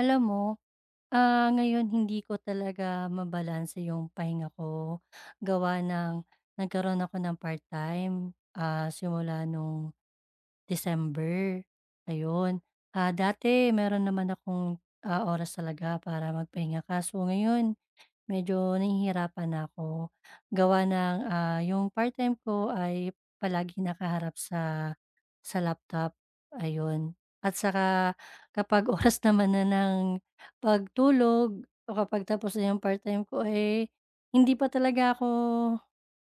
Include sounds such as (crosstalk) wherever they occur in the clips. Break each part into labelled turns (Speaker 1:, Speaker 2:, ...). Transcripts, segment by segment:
Speaker 1: Alam mo, ngayon hindi ko talaga mabalanse yung pahinga ko. Gawa ng nagkaroon ako ng part-time, simula nung December, ayun. Ah, dati meron naman akong, oras talaga para magpahinga kaso ngayon medyo nahihirapan na ako gawa ng, yung part-time ko ay palagi nakaharap sa laptop, ayun. At saka kapag (laughs) oras naman na ng pagtulog o kapag tapos na yung part-time ko, eh, hindi pa talaga ako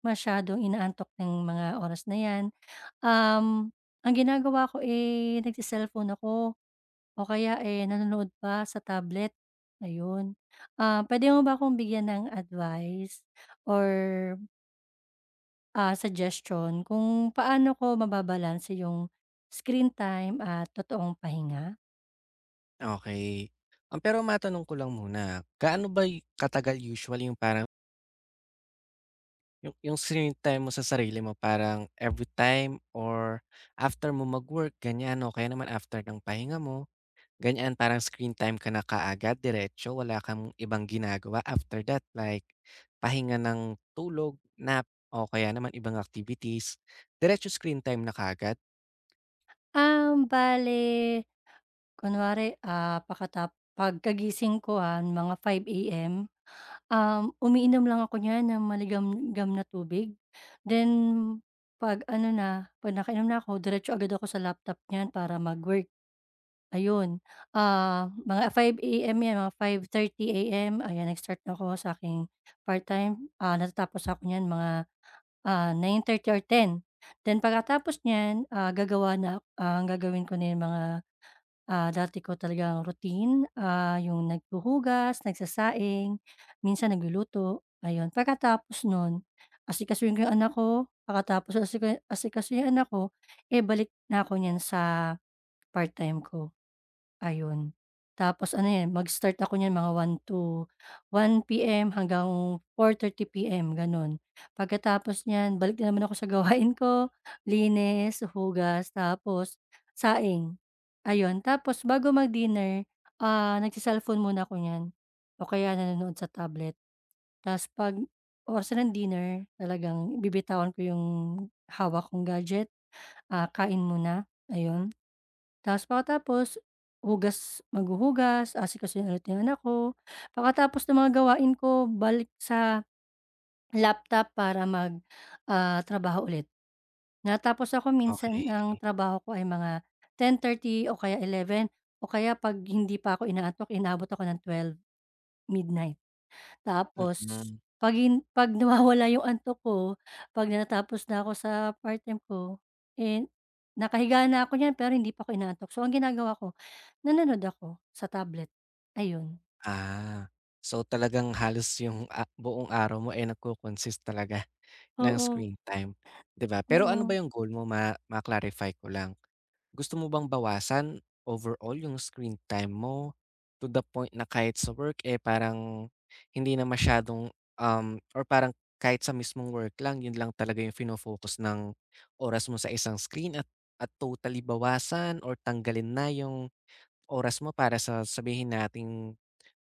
Speaker 1: masyadong inaantok ng mga oras na 'yan. Um, ang ginagawa ko, eh, nagse ako o kaya, eh, nanonood pa sa tablet, ayun. Ah, pwede mo ba akong bigyan ng advice or, suggestion kung paano ko mababalanse yung screen time at totoong pahinga?
Speaker 2: Okay. Pero matanong ko lang muna, gaano ba katagal usually yung parang yung screen time mo sa sarili mo parang every time or after mo mag-work ganyan o kaya naman after ng pahinga mo, ganyan parang screen time ka na kaagad diretso wala kang ibang ginagawa after that like pahinga ng tulog, nap o kaya naman ibang activities, diretso screen time na kaagad?
Speaker 1: Bale kunwari, ah, pakatap pagkagising ko, mga 5:00 AM. Umiinom lang ako niyan ng maligamgam na tubig. Then 'pag ano na, 'pag nakainom na ako diretso agad ako sa laptop niyan para mag-work. Ayun, mga 5:00 AM 'yan, mga 5:30 AM ayan nag-start na ako sa aking part-time. Ah, natatapos ako niyan mga, 9:30 or 10. Then pagkatapos niyan, ang gagawin ko na yung mga. Ah, dati ko talagang routine, yung naghuhugas, nagsasaing, minsan nagluluto, ayun. Pagkatapos nun, asikasuhin ko yung anak ko, pagkatapos asikasuhin yung anak ko, eh, balik na ako niyan sa part-time ko. Ayun. Tapos ano 'yan, mag-start ako niyan mga one to 1 PM hanggang 4:30 PM, gano'n. Pagkatapos niyan, balik na naman ako sa (laughs) gawain ko, linis, hugas, tapos saing, ayun. Tapos bago mag-dinner, nagse-cellphone muna ako niyan o kaya nanonood sa tablet. Tapos 'pag oras na ng dinner, talagang bibitawan ko yung hawak kong gadget, kain muna, ayun. Tapos pagkatapos, maghuhugas, aasikaso yung rutinan ko. Pagkatapos ng mga gawain ko, balik sa laptop para mag, trabaho ulit. Natapos ako minsan
Speaker 2: Okay.
Speaker 1: ng trabaho ko ay mga 10:30 o kaya 11 o kaya 'pag hindi pa ako inaantok inaabot ako ng 12 midnight. Tapos
Speaker 2: Mm.
Speaker 1: 'pag nawawala yung antok ko, 'pag natapos na ako sa part-time ko, eh, nakahiga na ako niyan pero hindi pa ako inaantok. So ang ginagawa ko nanonood ako sa tablet, ayun.
Speaker 2: Ah, so talagang halos yung buong araw mo, ay nagco-consist talaga ng
Speaker 1: Oo,
Speaker 2: screen time, 'di ba? Pero ano ba
Speaker 1: oo.
Speaker 2: yung goal mo ma-clarify ko lang. Gusto mo bang bawasan overall yung screen time mo to the point na kahit sa work, eh, parang hindi na masyadong, um, or parang kahit sa mismong work lang, yun lang talaga yung fino-focus ng oras mo sa isang screen at totally bawasan or tanggalin na yung oras mo para sa sabihin nating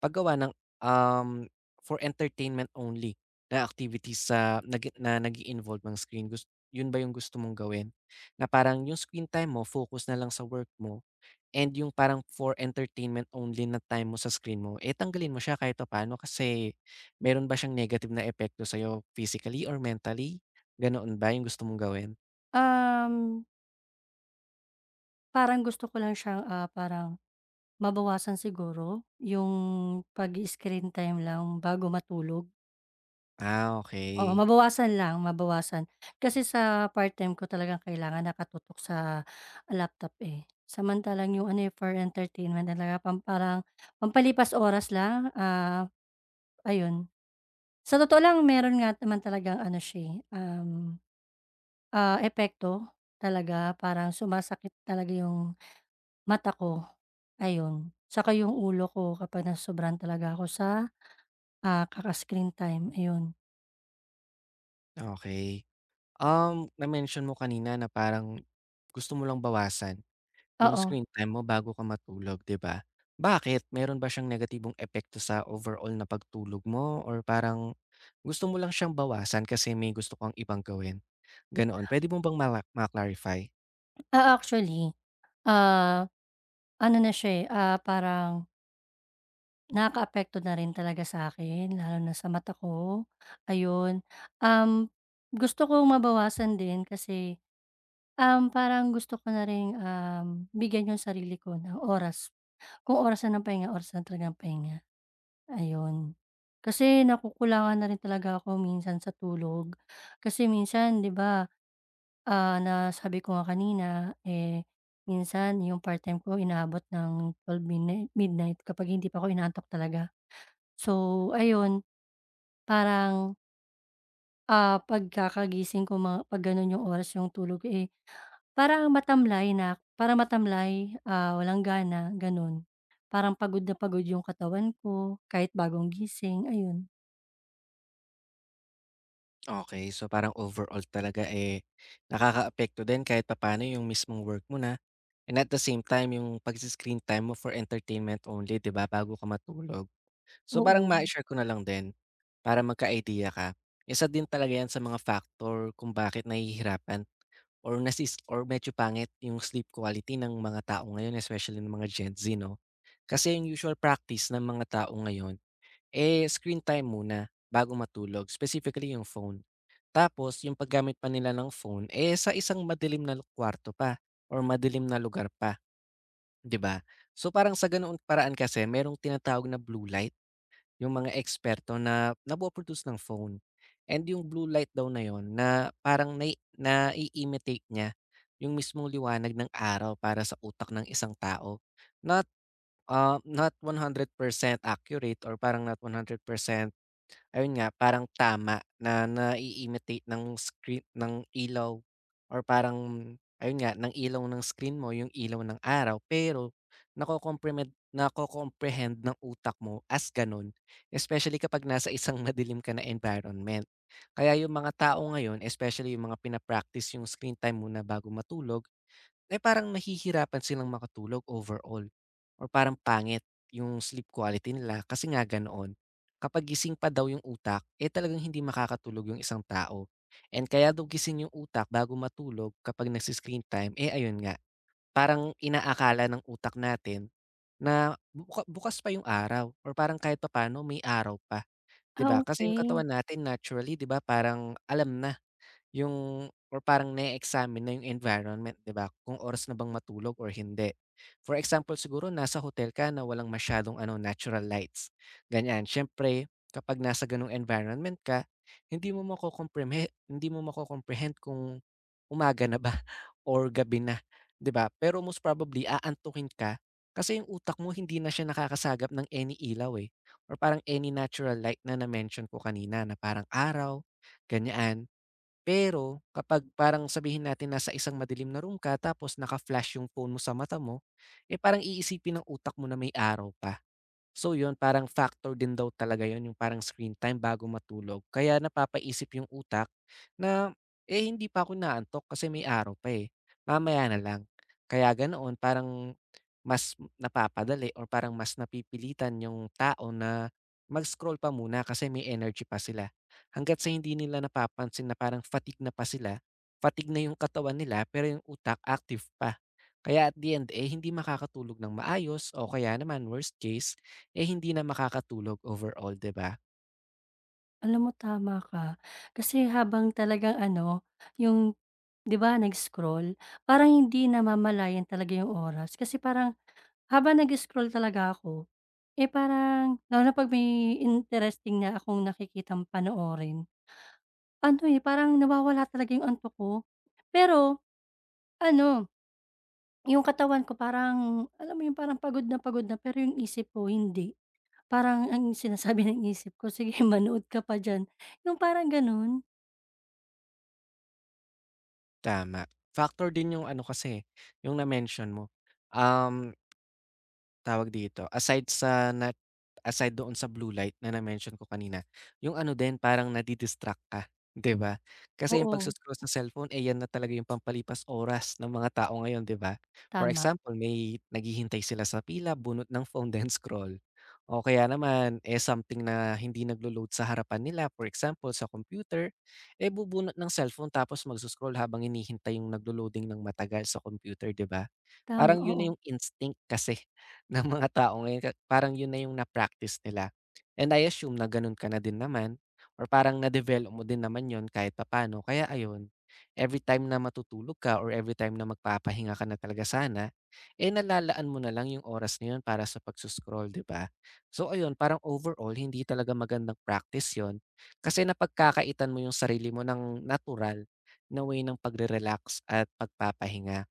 Speaker 2: paggawa ng, um, for entertainment only na activities sa nag-i-involve ang screen. Gusto yun ba yung gusto mong gawin? Na parang yung screen time mo focus na lang sa work mo and yung parang for entertainment only na time mo sa screen mo, eh, tanggalin mo siya kahit pa paano kasi meron ba siyang negative na epekto sa'yo physically or mentally? Ganoon ba yung gusto mong gawin?
Speaker 1: Um, Parang gusto ko lang siyang, parang mabawasan siguro yung pag-i-screen time lang bago matulog.
Speaker 2: Ah,
Speaker 1: Oo,
Speaker 2: okay,
Speaker 1: mabawasan lang, mabawasan. Kasi sa part-time ko talagang kailangan nakatutok sa laptop, eh. Samantalang yung ano, eh, for entertainment talaga parang pampalipas oras lang, ayun. Sa totoo lang meron nga naman talagang ano siya, eh, ah, epekto talaga parang sumasakit talaga yung mata ko, ayun. Tsaka yung ulo ko kapag nasobrahan talaga ako sa, kaka-screen time, ayun.
Speaker 2: okay. Na-mention mo kanina na parang gusto mo lang bawasan. Yung
Speaker 1: Oo,
Speaker 2: screen time mo bago ka matulog, 'di ba? Bakit, meron ba siyang negatibong epekto sa overall na pagtulog mo or parang gusto mo lang siyang bawasan kasi may gusto kang ibang gawin, ganoon? Pwede mo bang ma-clarify?
Speaker 1: actually, ah, ano na siya, eh, parang nakakaapekto na rin talaga sa akin, lalo na sa mata ko, ayun. Um, Gusto kong mabawasan din kasi, parang gusto ko na ring, bigyan yung sarili ko ng oras, kung oras na ng pahinga, oras na talaga ng pahinga. Ayun. Kasi nakukulangan na rin talaga ako minsan sa tulog. Kasi minsan 'di ba, nasabi ko nga kanina, eh, minsan yung part-time ko inaabot ng 12 midnight kapag hindi pa ako inaantok talaga. So ayun, parang, pagkakagising ko mga 'pag gano'n yung oras yung tulog, eh, parang matamlay na parang matamlay, walang gana, gano'n. Parang pagod na pagod yung katawan ko kahit bagong gising, ayun.
Speaker 2: Okey, so parang overall talaga, eh, nakakaapekto din kahit papaano yung mismong work mo na and at the same time yung pagse-screen time mo for entertainment only, 'di ba, bago ka matulog. So, parang
Speaker 1: Oo.
Speaker 2: ma share ko na lang din para magka-idea ka. Isa din talaga 'yan sa mga factor kung bakit nahihirapan or medyo pangit yung sleep quality ng mga tao ngayon, especially ng mga Gen Z 'no. Kasi yung usual practice ng mga tao ngayon, eh, screen time muna bago matulog, specifically yung phone. Tapos yung paggamit pa nila ng phone, eh, sa isang madilim na kwarto pa or madilim na lugar pa, 'di ba? So, parang sa ganoong paraan kasi merong tinatawag na blue light. Yung mga eksperto na nagpo-produce ng phone and yung blue light daw na yun na parang nai na imitate niya yung mismong liwanag ng araw para sa utak ng isang tao. Not, not 100% accurate or parang not 100% ayun nga, parang tama na nai-imitate ng screen ng ilaw or parang ayun nga, ng ilaw ng screen mo yung ilaw ng araw. Pero nako-comprehend ng utak mo as gano'n, especially kapag nasa isang (laughs) madilim ka na environment. Kaya yung mga tao ngayon, especially yung mga pinapractice yung screen time muna bago matulog eh, parang nahihirapan silang makatulog overall or parang pangit yung sleep quality nila kasi nga ganoon. Kapag gising pa daw yung utak, eh talagang hindi makakatulog yung isang tao. And kaya daw gising yung utak bago matulog kapag nagsi-screen time, eh ayun nga, parang inaakala ng utak natin na bukas pa yung araw or parang kahit papaano may araw pa, 'di
Speaker 1: Ah,
Speaker 2: ba? Kasi yung
Speaker 1: okey.
Speaker 2: katawan natin naturally, 'di ba, parang alam na yung or parang na examine na yung environment, 'di ba? Kung oras na bang matulog or hindi. For example siguro nasa hotel ka na walang masyadong ano, natural lights, ganyan. Siyempre kapag nasa gano'ng environment ka, hindi mo mako-comprehend kung umaga na ba (laughs) or gabi na, 'di ba? Pero most probably aantukin ka kasi yung utak mo hindi na siya nakakasagap ng any ilaw, eh, or parang any natural light na na-mention ko kanina na parang araw, ganyan. Pero kapag parang sabihin natin nasa isang madilim na room ka tapos naka-flash yung phone mo sa mata mo, eh, parang iisipin ng utak mo na may araw pa. So yun, parang factor din daw talaga yun, yung parang screen time bago matulog. Kaya napapaisip yung utak na, eh hindi pa ako inaantok kasi may araw pa eh. Mamaya na lang. Kaya ganoon, parang mas napapadali or parang mas napipilitan yung tao na mag-scroll pa muna kasi may energy pa sila. Hanggat sa hindi nila napapansin na parang fatigue na pa sila, fatigue na yung katawan nila pero yung utak active pa. Kaya at the end eh, hindi makakatulog ng maayos o kaya naman worst case, eh, hindi na makakatulog overall, 'di ba?
Speaker 1: Alam mo tama ka. Kasi habang talagang ano, yung 'di ba nag-scroll, parang hindi namamalayan talaga yung oras. Kasi parang habang nag-scroll talaga ako, eh, parang lalo na 'pag may interesting na akong nakikitang panoorin, ano, eh, parang nawawala talaga yung antok ko. Pero ano, yung katawan ko parang alam mo yung parang pagod na, pero yung isip ko hindi. Parang ang sinasabi (laughs) ng isip ko, "Sige manood ka pa diyan." Yung parang gano'n.
Speaker 2: Tama. Factor din yung ano kasi, yung na-mention mo. Um Tawag dito, aside doon sa blue light na na-mention ko kanina, yung ano din parang nadi ka, (laughs) 'di ba? Kasi yung
Speaker 1: Oo,
Speaker 2: pagso-scroll sa cellphone, eh, yan na talaga yung pampalipas oras ng mga tao ngayon, 'di ba? For
Speaker 1: tama,
Speaker 2: example, may naghihintay sila sa pila, bunot ng phone (laughs) then scroll. O kaya naman, eh, something na hindi naglo-load sa harapan nila, for example, sa computer, eh, bubunot ng cellphone tapos magso-scroll habang hinihintay yung naglo-loading ng matagal sa computer, 'di ba?
Speaker 1: tama,
Speaker 2: Parang yun na
Speaker 1: oo,
Speaker 2: yung instinct kasi ng mga tao ngayon ka parang yun na yung na-practice nila. And I assume na ganun ka na din naman or parang na-develop mo din naman yun kahit papaano. Kaya ayun, every time na matutulog ka or every time na magpapahinga ka na talaga sana, eh nalalaan mo na lang yung oras na yun para sa pagsuscroll, di ba? So ayun, parang overall, hindi talaga magandang practice yon, kasi napagkakaitan mo yung sarili mo ng natural na way ng pagre-relax at pagpapahinga.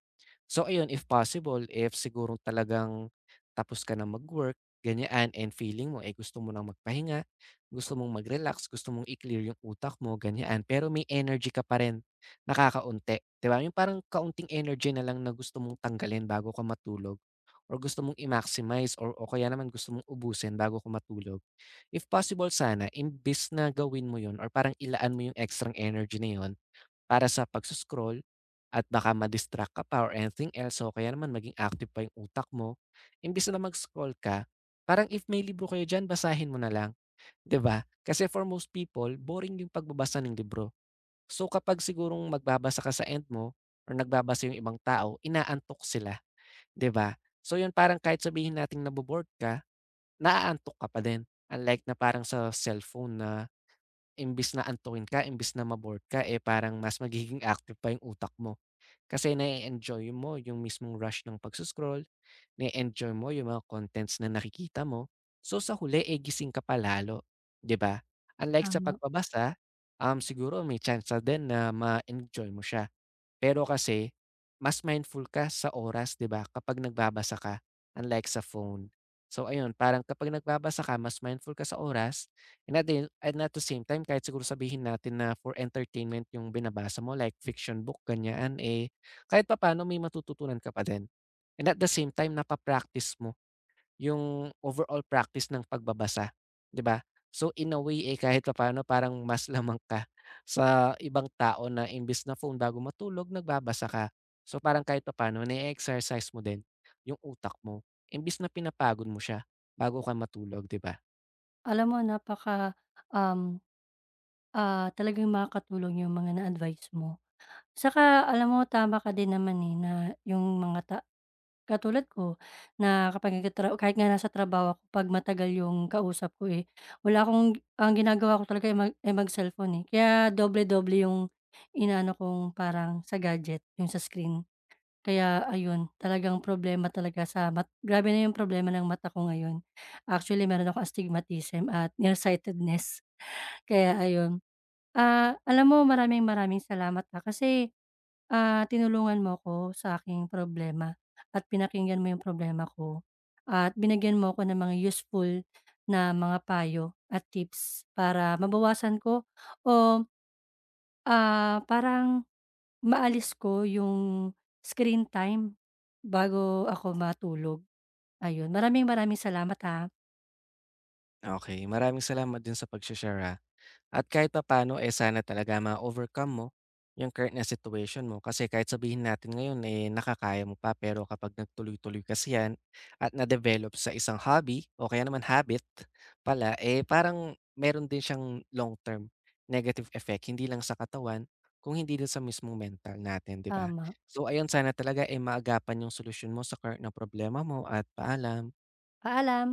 Speaker 2: So ayun, if possible, if siguro talagang tapos ka na mag-work, ganyan, and feeling mo, eh, gusto mo nang magpahinga, gusto mong mag-relax, gusto mong i-clear yung utak mo, ganyan, pero may energy ka pa rin, nakakaunti. 'Di ba? Yung parang kaunting energy na lang na gusto mong tanggalin bago ka matulog or gusto mong i-maximize or o kaya naman gusto mong ubusin bago ka matulog. If possible sana, imbis na gawin mo yun or parang ilaan mo yung extra energy na yun, para sa at baka ma-distract ka pa or anything else. So, kaya naman maging active pa yung utak mo. Imbis na mag-scroll ka, parang if may libro kayo diyan, basahin mo na lang, 'di ba? Kasi for most people, boring yung pagbabasa ng libro. So, kapag sigurong magbabasa ka sa end mo or nagbabasa yung ibang tao, inaantok sila, 'di ba? So, yun parang kahit sabihin natin nabo-bored ka, naaantok ka pa din. Unlike na parang sa cellphone na imbis na antukin ka, imbis na ma-bored ka, eh parang mas magiging active pa yung utak mo. Kasi na enjoy mo yung mismong rush ng pagsuscroll, scroll na enjoy mo yung mga contents na nakikita mo. So, sa huli, eh, gising ka pa 'di ba? Unlike sa
Speaker 1: tama.
Speaker 2: pagbabasa, siguro may tsansa din na ma-enjoy mo siya. Pero kasi mas mindful ka sa oras, 'di ba, kapag nagbabasa ka unlike sa phone. So ayun, parang kapag nagbabasa ka mas mindful ka sa oras and at the same time kahit siguro sabihin natin na for entertainment yung binabasa mo like fiction book, ganyan, eh, kahit pa paano, may matututunan ka pa din. And at the same time napa mo yung overall practice ng pagbabasa, 'di ba? So in a way, eh, kahit papaano parang mas (laughs) lamang ka sa ibang tao na imbis na phone bago matulog nagbabasa ka. So parang kahit papaano na-e-exercise mo din yung utak mo imbis na pinapagod mo siya bago ka matulog, 'di ba?
Speaker 1: Alam mo napaka, um, ah, talagang makakatulong yung mga na-advice mo. Saka alam mo tama ka din naman, eh, na yung mga ta katulad ko na kapag kahit nga nasa trabaho ako 'pag matagal yung kausap ko, eh, wala akong ang ginagawa ko talaga, eh, mag-cellphone, eh. Kaya doble-doble yung inaano kong parang sa gadget, yung sa screen. Kaya ayun, talagang problema talaga sa grabe na yung problema ng mata ko ngayon. Actually, meron akong astigmatism at nearsightedness. Kaya ayun. Ah, alam mo maraming maraming salamat, kasi, tinulungan mo ako sa aking problema at pinakinggan mo yung problema ko at binigyan mo ako ng mga useful na mga payo at tips para mabawasan ko o, parang maalis ko yung screen time bago ako matulog. Ayun, maraming maraming salamat, ha.
Speaker 2: Okay, maraming salamat din sa pagshe-share, ah. At kahit papaano, eh, sana talaga ma-overcome mo yung current na situation mo kasi kahit sabihin natin ngayon, eh, nakakaya mo pa pero kapag nagtuloy-tuloy kasi yan at na-develop sa isang hobby o kaya naman habit pala, eh, parang meron din siyang long-term negative effect hindi lang sa katawan kung hindi din sa mismong mental natin, 'di ba?
Speaker 1: Tama,
Speaker 2: So ayun, sana talaga, eh, maagapan yung solusyon mo sa current na problema mo at paalam.
Speaker 1: paalam.